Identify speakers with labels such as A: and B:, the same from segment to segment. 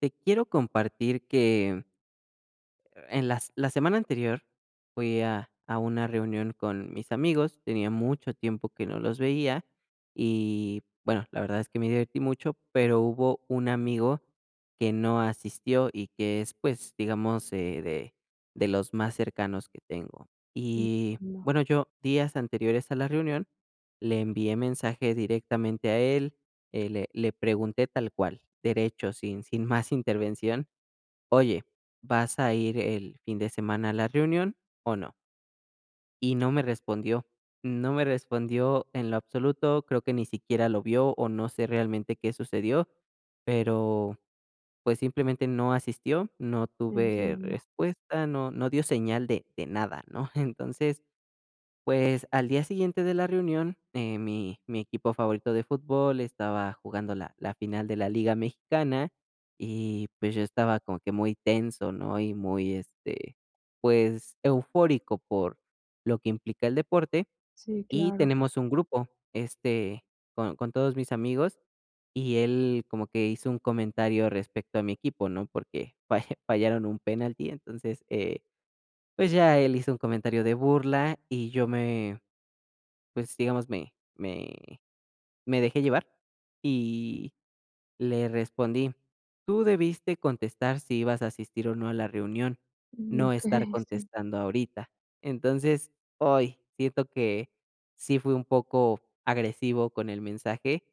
A: Te quiero compartir que en las la semana anterior fui a una reunión con mis amigos, tenía mucho tiempo que no los veía y, bueno, la verdad es que me divertí mucho, pero hubo un amigo que no asistió y que es, pues, digamos, de los más cercanos que tengo. Y,
B: Entiendo,
A: bueno, yo días anteriores a la reunión le envié mensaje directamente a él, le pregunté tal cual, derecho, sin más intervención, oye, ¿vas a ir el fin de semana a la reunión o no? Y no me respondió, no me respondió en lo absoluto, creo que ni siquiera lo vio o no sé realmente qué sucedió, pero pues simplemente no asistió, no tuve
B: entiendo.
A: respuesta, no, no dio señal de nada, ¿no? Entonces, pues, al día siguiente de la reunión, mi equipo favorito de fútbol estaba jugando la final de la Liga Mexicana, y, pues, yo estaba como que muy tenso, ¿no? Y muy, este, pues, eufórico por lo que implica el deporte,
B: Sí,
A: y
B: claro.
A: tenemos un grupo, este, con todos mis amigos, y él como que hizo un comentario respecto a mi equipo, ¿no? Porque falla fallaron un penalti, entonces, pues, ya él hizo un comentario de burla, y yo me pues, digamos, me dejé llevar y le respondí: "Tú debiste contestar si ibas a asistir o no a la reunión,
B: Mm,
A: no
B: okey,
A: estar
B: sí,
A: contestando ahorita". Entonces, hoy siento que sí fui un poco agresivo con el mensaje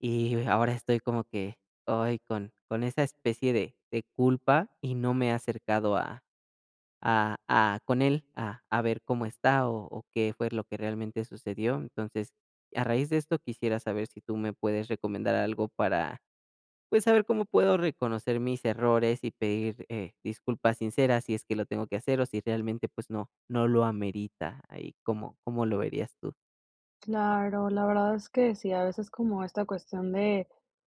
A: y ahora estoy como que, hoy con esa especie de culpa y no me he acercado a con él, a ver cómo está, o qué fue lo que realmente sucedió. Entonces, a raíz de esto, quisiera saber si tú me puedes recomendar algo para, pues, saber cómo puedo reconocer mis errores y pedir, disculpas sinceras, si es que lo tengo que hacer, o si realmente, pues, no lo amerita. Ahí, cómo lo verías tú?
B: claro. La verdad es que sí, a veces como esta cuestión de,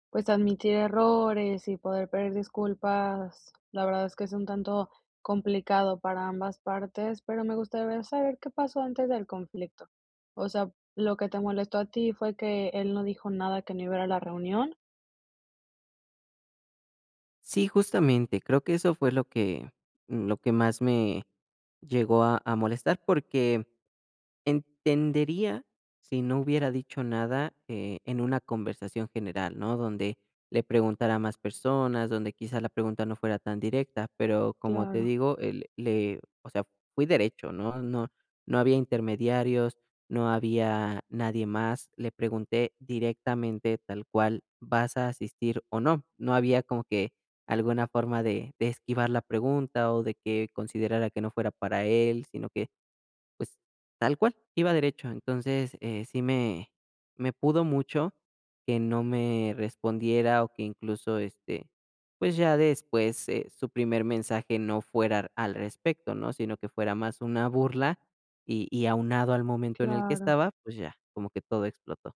B: pues, admitir errores y poder pedir disculpas, la verdad es que es un tanto complicado para ambas partes, pero me gustaría saber qué pasó antes del conflicto. O sea, lo que te molestó a ti fue que él no dijo nada que no iba a ir a la reunión.
A: Sí, justamente, creo que eso fue lo que más me llegó a molestar, porque entendería si no hubiera dicho nada, en una conversación general, ¿no? Donde le preguntara a más personas, donde quizá la pregunta no fuera tan directa, pero como te
B: Claro,
A: digo, el le o sea, fui derecho, ¿no? No había intermediarios, no había nadie más. Le pregunté directamente tal cual: "¿Vas a asistir o no?". No había como que alguna forma de esquivar la pregunta o de que considerara que no fuera para él, sino que pues, tal cual, iba derecho. Entonces, sí me pudo mucho que no me respondiera o que incluso, este, pues, ya después, su primer mensaje no fuera al respecto, ¿no? Sino que fuera más una burla y aunado al momento en el que
B: claro.
A: estaba, pues ya, como que todo explotó.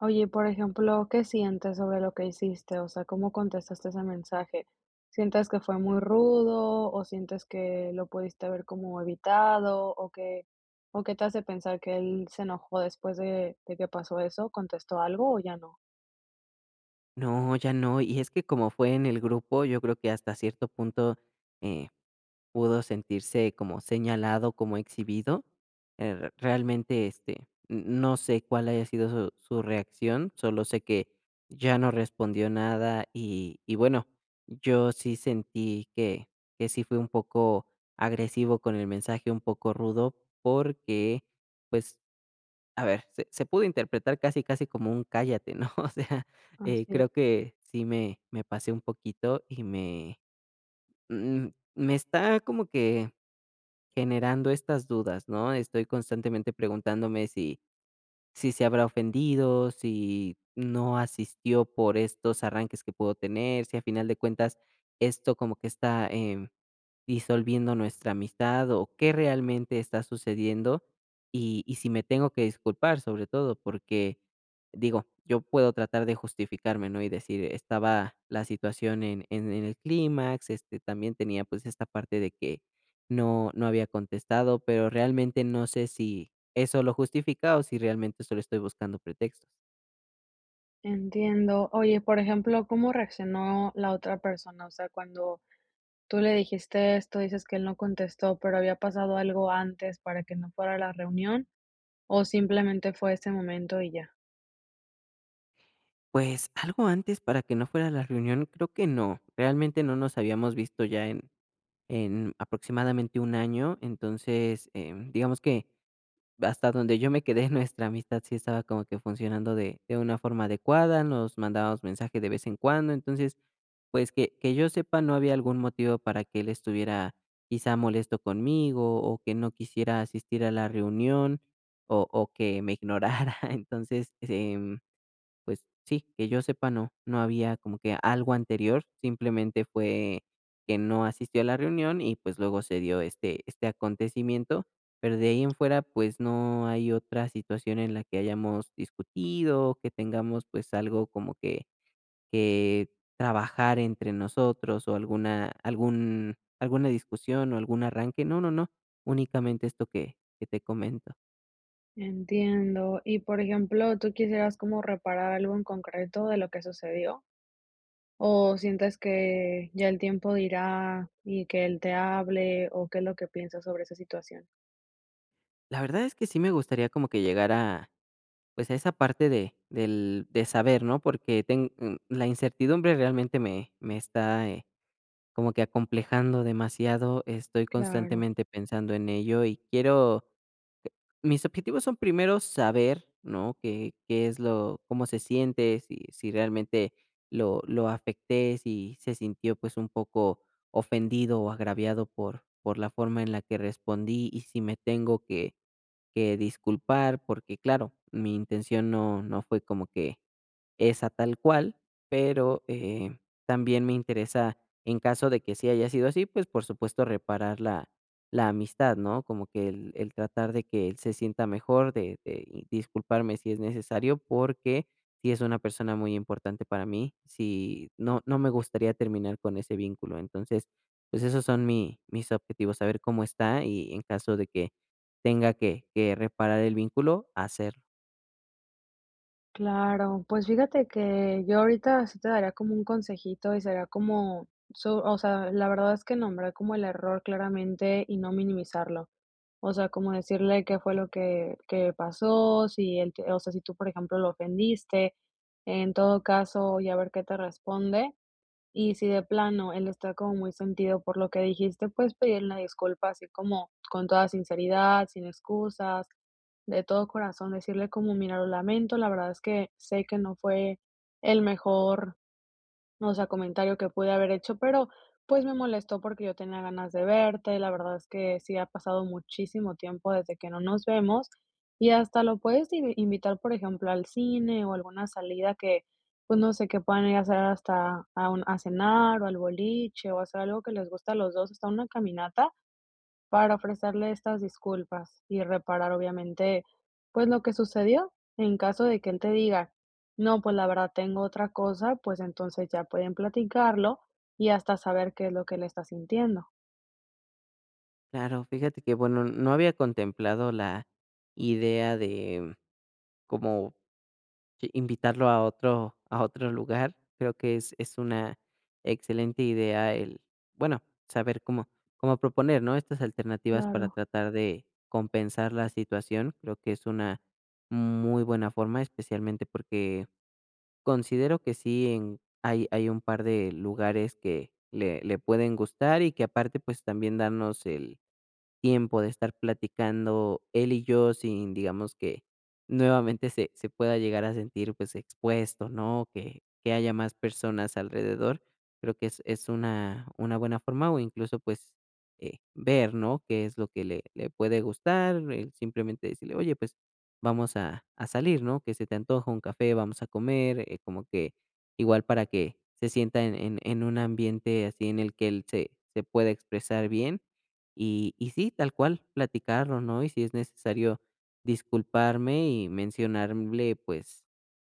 B: Oye, por ejemplo, ¿qué sientes sobre lo que hiciste? O sea, ¿cómo contestaste ese mensaje? ¿Sientes que fue muy rudo o sientes que lo pudiste haber como evitado o que o qué te hace pensar que él se enojó después de que pasó eso? ¿Contestó algo o ya no?
A: No, ya no. Y es que como fue en el grupo, yo creo que hasta cierto punto, eh pudo sentirse como señalado, como exhibido. Realmente, este, no sé cuál haya sido su reacción, solo sé que ya no respondió nada y bueno, yo sí sentí que sí fue un poco agresivo con el mensaje, un poco rudo, porque, pues, a ver, se pudo interpretar casi, casi como un cállate, ¿no? O sea,
B: Así es.
A: creo que sí me pasé un poquito y mm, me está como que generando estas dudas, ¿no? Estoy constantemente preguntándome si se habrá ofendido, si no asistió por estos arranques que puedo tener, si a final de cuentas esto como que está, disolviendo nuestra amistad o qué realmente está sucediendo y si me tengo que disculpar sobre todo porque digo, yo puedo tratar de justificarme, ¿no? Y decir, estaba la situación en el clímax, este, también tenía pues esta parte de que no había contestado, pero realmente no sé si eso lo justifica o si realmente solo estoy buscando pretextos.
B: Entiendo. Oye, por ejemplo, ¿cómo reaccionó la otra persona? O sea, cuando tú le dijiste esto, dices que él no contestó, pero había pasado algo antes para que no fuera a la reunión o simplemente fue ese momento y ya.
A: Pues algo antes para que no fuera la reunión, creo que no. Realmente no nos habíamos visto ya en aproximadamente un año. Entonces, digamos que hasta donde yo me quedé, nuestra amistad sí estaba como que funcionando de una forma adecuada, nos mandábamos mensajes de vez en cuando. Entonces, pues que yo sepa, no había algún motivo para que él estuviera quizá molesto conmigo o que no quisiera asistir a la reunión o que me ignorara. Entonces, pues sí, que yo sepa, no había como que algo anterior, simplemente fue que no asistió a la reunión y pues luego se dio este acontecimiento, pero de ahí en fuera pues no hay otra situación en la que hayamos discutido, que tengamos pues algo como que trabajar entre nosotros o alguna discusión o algún arranque, no, no, no, únicamente esto que te comento.
B: Entiendo. Y, por ejemplo, ¿tú quisieras como reparar algo en concreto de lo que sucedió? ¿O sientes que ya el tiempo dirá y que él te hable o qué es lo que piensas sobre esa situación?
A: La verdad es que sí me gustaría como que llegar a pues, a esa parte de saber, ¿no? Porque ten mm, la incertidumbre realmente me está, como que acomplejando demasiado, estoy
B: Claro,
A: constantemente pensando en ello y quiero mis objetivos son primero saber, ¿no? Qué es lo cómo se siente, si realmente lo afecté, si se sintió, pues, un poco ofendido o agraviado por la forma en la que respondí y si me tengo que disculpar, porque claro, mi intención no fue como que esa tal cual, pero, también me interesa, en caso de que sí haya sido así, pues, por supuesto, reparar la amistad, ¿no? Como que el tratar de que él se sienta mejor, de y disculparme si es necesario, porque sí es una persona muy importante para mí, sí, no me gustaría terminar con ese vínculo. Entonces, pues, esos son mi mis objetivos, saber cómo está y en caso de que tenga que reparar el vínculo, hacerlo.
B: claro. Pues fíjate que yo ahorita sí te daría como un consejito y será como, o sea, la verdad es que nombrar como el error claramente y no minimizarlo. O sea, como decirle qué fue lo que pasó, si él te o sea, si tú, por ejemplo, lo ofendiste, en todo caso, ya ver qué te responde. Y si de plano él está como muy sentido por lo que dijiste, pues pedirle una disculpa así como con toda sinceridad, sin excusas, de todo corazón, decirle como: "Mira, lo lamento, la verdad es que sé que no fue el mejor o sea, comentario que pude haber hecho, pero, pues, me molestó porque yo tenía ganas de verte. La verdad es que sí ha pasado muchísimo tiempo desde que no nos vemos y hasta lo puedes invitar, por ejemplo, al cine o alguna salida que, pues, no sé, que puedan ir a hacer hasta a cenar o al boliche o hacer algo que les gusta a los 2 hasta una caminata. Para ofrecerle estas disculpas y reparar, obviamente, pues, lo que sucedió. En caso de que él te diga: "No, pues, la verdad tengo otra cosa", pues, entonces ya pueden platicarlo y hasta saber qué es lo que él está sintiendo."
A: Claro, fíjate que, bueno, no había contemplado la idea de como que invitarlo a otro lugar. Creo que es una excelente idea bueno, saber cómo proponer, ¿no? Estas alternativas para
B: Claro,
A: tratar de compensar la situación. Creo que es una muy buena forma, especialmente porque considero que hay, hay un par de lugares que le pueden gustar y que aparte pues también darnos el tiempo de estar platicando él y yo sin, digamos, que nuevamente se pueda llegar a sentir, pues, expuesto, ¿no? Que haya más personas alrededor. Creo que es una buena forma o incluso, pues, ver, ¿no? Qué es lo que le puede gustar, el simplemente decirle: "Oye, pues, vamos a salir, ¿no? que se te antoja? Un café, vamos a comer", como que igual para que se sienta en un ambiente así en el que él se pueda expresar bien. Y sí, tal cual, platicarlo, ¿no? Y si es necesario disculparme y mencionarle, pues,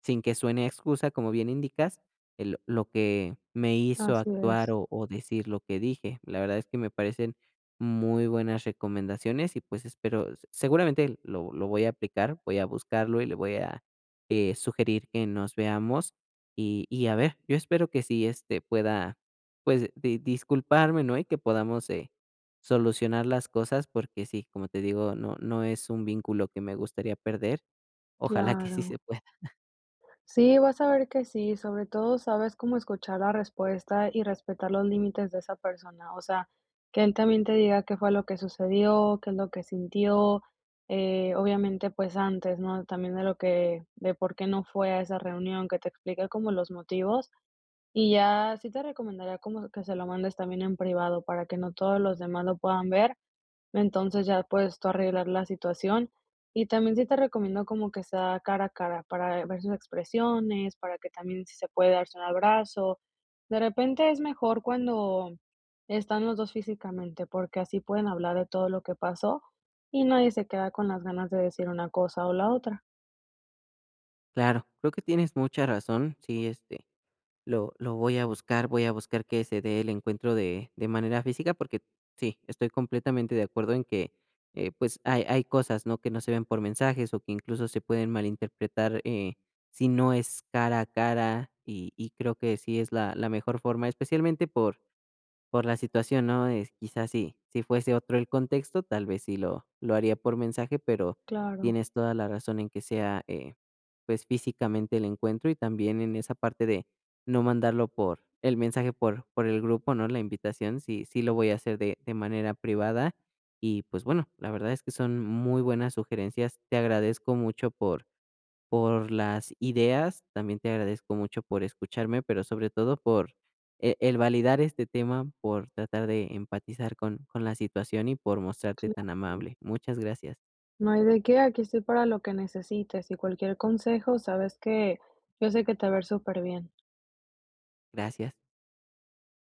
A: sin que suene a excusa, como bien indicas, el lo que me hizo
B: así
A: actuar
B: es,
A: o decir lo que dije. La verdad es que me parecen muy buenas recomendaciones y, pues, espero s seguramente lo voy a aplicar, voy a buscarlo y le voy a, sugerir que nos veamos. Y a ver, yo espero que sí, este, pueda, pues, di disculparme, ¿no? Y que podamos, solucionar las cosas porque sí, como te digo, no es un vínculo que me gustaría perder. Ojalá que sí se
B: claro.
A: pueda.
B: Sí, vas a ver que sí, sobre todo sabes cómo escuchar la respuesta y respetar los límites de esa persona, o sea, que él también te diga qué fue lo que sucedió, qué es lo que sintió, obviamente, pues antes, ¿no? También de lo que, de por qué no fue a esa reunión, que te explique como los motivos y ya sí te recomendaría como que se lo mandes también en privado para que no todos los demás lo puedan ver, entonces, ya puedes tú arreglar la situación. Y también sí te recomiendo como que sea cara a cara para ver sus expresiones, para que también si se puede darse un abrazo. De repente es mejor cuando están los 2 físicamente, porque así pueden hablar de todo lo que pasó y nadie se queda con las ganas de decir una cosa o la otra.
A: Claro, creo que tienes mucha razón. Sí, este, lo voy a buscar que se dé el encuentro de manera física, porque sí, estoy completamente de acuerdo en que, pues, hay cosas, ¿no?, que no se ven por mensajes o que incluso se pueden malinterpretar, si no es cara a cara, y creo que sí es la mejor forma, especialmente por la situación, ¿no? Es quizás sí, si fuese otro el contexto, tal vez sí lo haría por mensaje, pero
B: Claro,
A: tienes toda la razón en que sea, pues, físicamente el encuentro y también en esa parte de no mandarlo por el mensaje por el grupo, ¿no? La invitación, sí lo voy a hacer de manera privada y, pues, bueno, la verdad es que son muy buenas sugerencias. Te agradezco mucho por las ideas, también te agradezco mucho por escucharme, pero sobre todo por el validar este tema, por tratar de empatizar con la situación y por mostrarte
B: cla
A: tan amable. Muchas gracias.
B: no hay de qué, aquí estoy para lo que necesites y cualquier consejo, sabes que yo sé que te va a ir superbién.
A: Gracias.